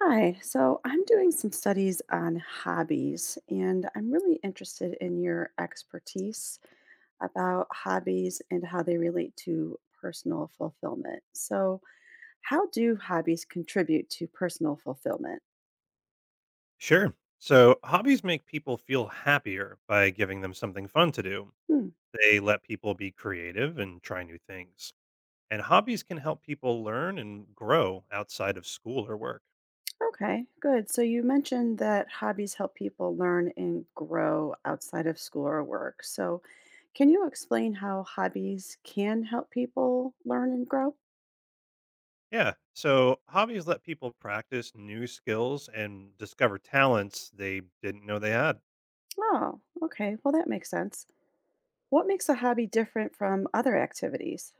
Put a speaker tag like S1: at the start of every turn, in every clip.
S1: Hi, so I'm doing some studies on hobbies, and I'm really interested in your expertise about hobbies and how they relate to personal fulfillment. So, how do hobbies contribute to personal fulfillment?
S2: Sure. So hobbies make people feel happier by giving them something fun to do.
S1: Hmm,
S2: They let people be creative and try new things. And hobbies can help people learn and grow outside of school or work.
S1: okay, good. So, you mentioned that hobbies help people learn and grow outside of school or work. So, can you explain how hobbies can help people learn and grow?
S2: Yeah. So hobbies let people practice new skills and discover talents they didn't know they had.
S1: Oh, okay. Well, that makes sense. What makes a hobby different from other activities?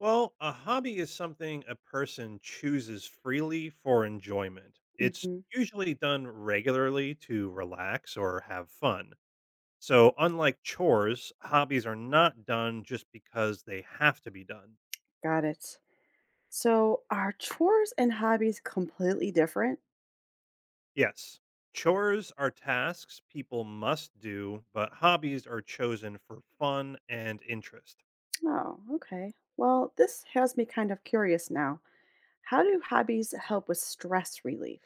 S2: Well, a hobby is something a person chooses freely for enjoyment. It's
S1: Hmm.
S2: usually done regularly to relax or have fun. So, unlike chores, hobbies are not done just because they have to be done.
S1: Got it. So, are chores and hobbies completely different?
S2: Yes, chores are tasks people must do, but hobbies are chosen for fun and interest.
S1: Oh, okay. Well, this has me kind of curious now. How do hobbies help with stress relief?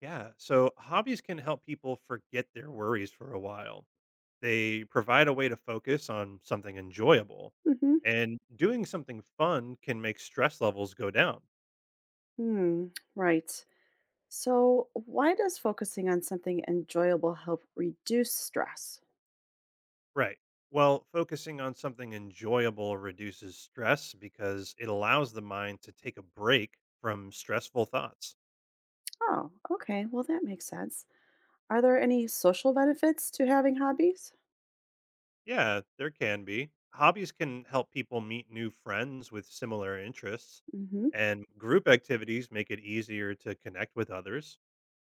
S2: Yeah, so hobbies can help people forget their worries for a while. They provide a way to focus on something enjoyable,
S1: Mm-hmm.
S2: and doing something fun can make stress levels go down.
S1: Hmm. Right. So, why does focusing on something enjoyable help reduce stress?
S2: Right. Well, focusing on something enjoyable reduces stress because it allows the mind to take a break from stressful thoughts.
S1: Oh, okay. Well, that makes sense. Are there any social benefits to having hobbies?
S2: Yeah, there can be. Hobbies can help people meet new friends with similar interests,
S1: Mm-hmm.
S2: and group activities make it easier to connect with others.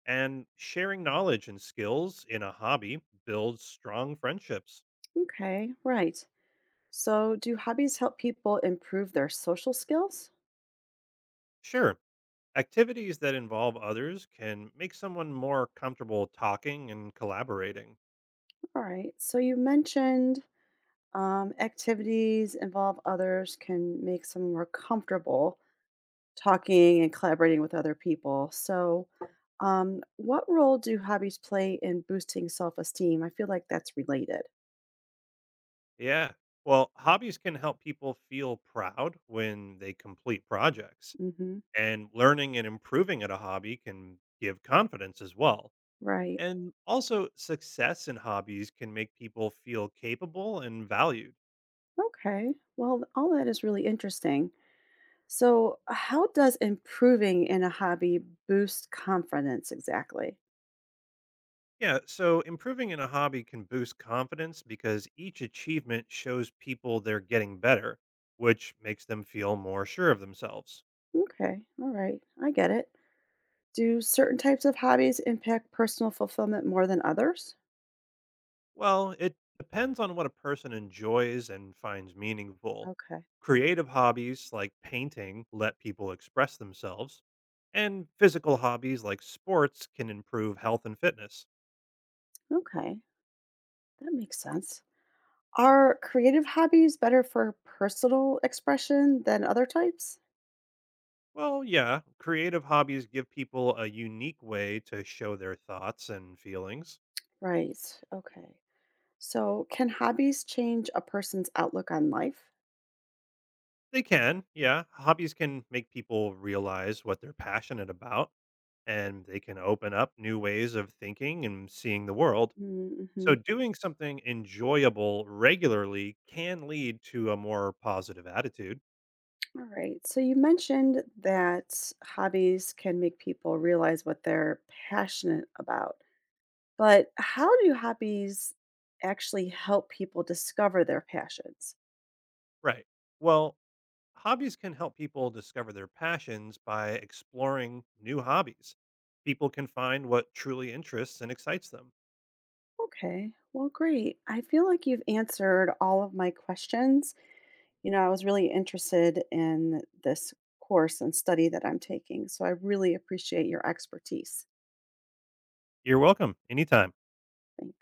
S2: And sharing knowledge and skills in a hobby builds strong friendships.
S1: Okay. Right. So, do hobbies help people improve their social skills?
S2: Sure, activities that involve others can make someone more comfortable talking and collaborating.
S1: All right. So, you mentioned activities involve others can make someone more comfortable talking and collaborating with other people. So, what role do hobbies play in boosting self esteem? I feel like that's related.
S2: Yeah. Well, hobbies can help people feel proud when they complete projects,
S1: Hmm.
S2: and learning and improving at a hobby can give confidence as well.
S1: Right.
S2: And also, success in hobbies can make people feel capable and valued.
S1: Okay. Well, all that is really interesting. So, how does improving in a hobby boost confidence exactly?
S2: Yeah, so improving in a hobby can boost confidence because each achievement shows people they're getting better, which makes them feel more sure of themselves.
S1: Okay, all right, I get it. Do certain types of hobbies impact personal fulfillment more than others?
S2: Well, it depends on what a person enjoys and finds meaningful.
S1: Okay,
S2: Creative hobbies like painting let people express themselves, and physical hobbies like sports can improve health and fitness.
S1: okay, that makes sense. Are creative hobbies better for personal expression than other types?
S2: Well, yeah, creative hobbies give people a unique way to show their thoughts and feelings.
S1: Right, okay. So, can hobbies change a person's outlook on life?
S2: They can, yeah. Hobbies can make people realize what they're passionate about, and they can open up new ways of thinking and seeing the world.
S1: Mm-hmm.
S2: So doing something enjoyable regularly can lead to a more positive attitude.
S1: All right. So you mentioned that hobbies can make people realize what they're passionate about. But how do hobbies actually help people discover their passions?
S2: Right. Well, hobbies can help people discover their passions by exploring new hobbies. People can find what truly interests and excites them.
S1: Okay, well, great. I feel like you've answered all of my questions. You know, I was really interested in this course and study that I'm taking, so I really appreciate your expertise.
S2: You're welcome. Anytime.
S1: Thanks.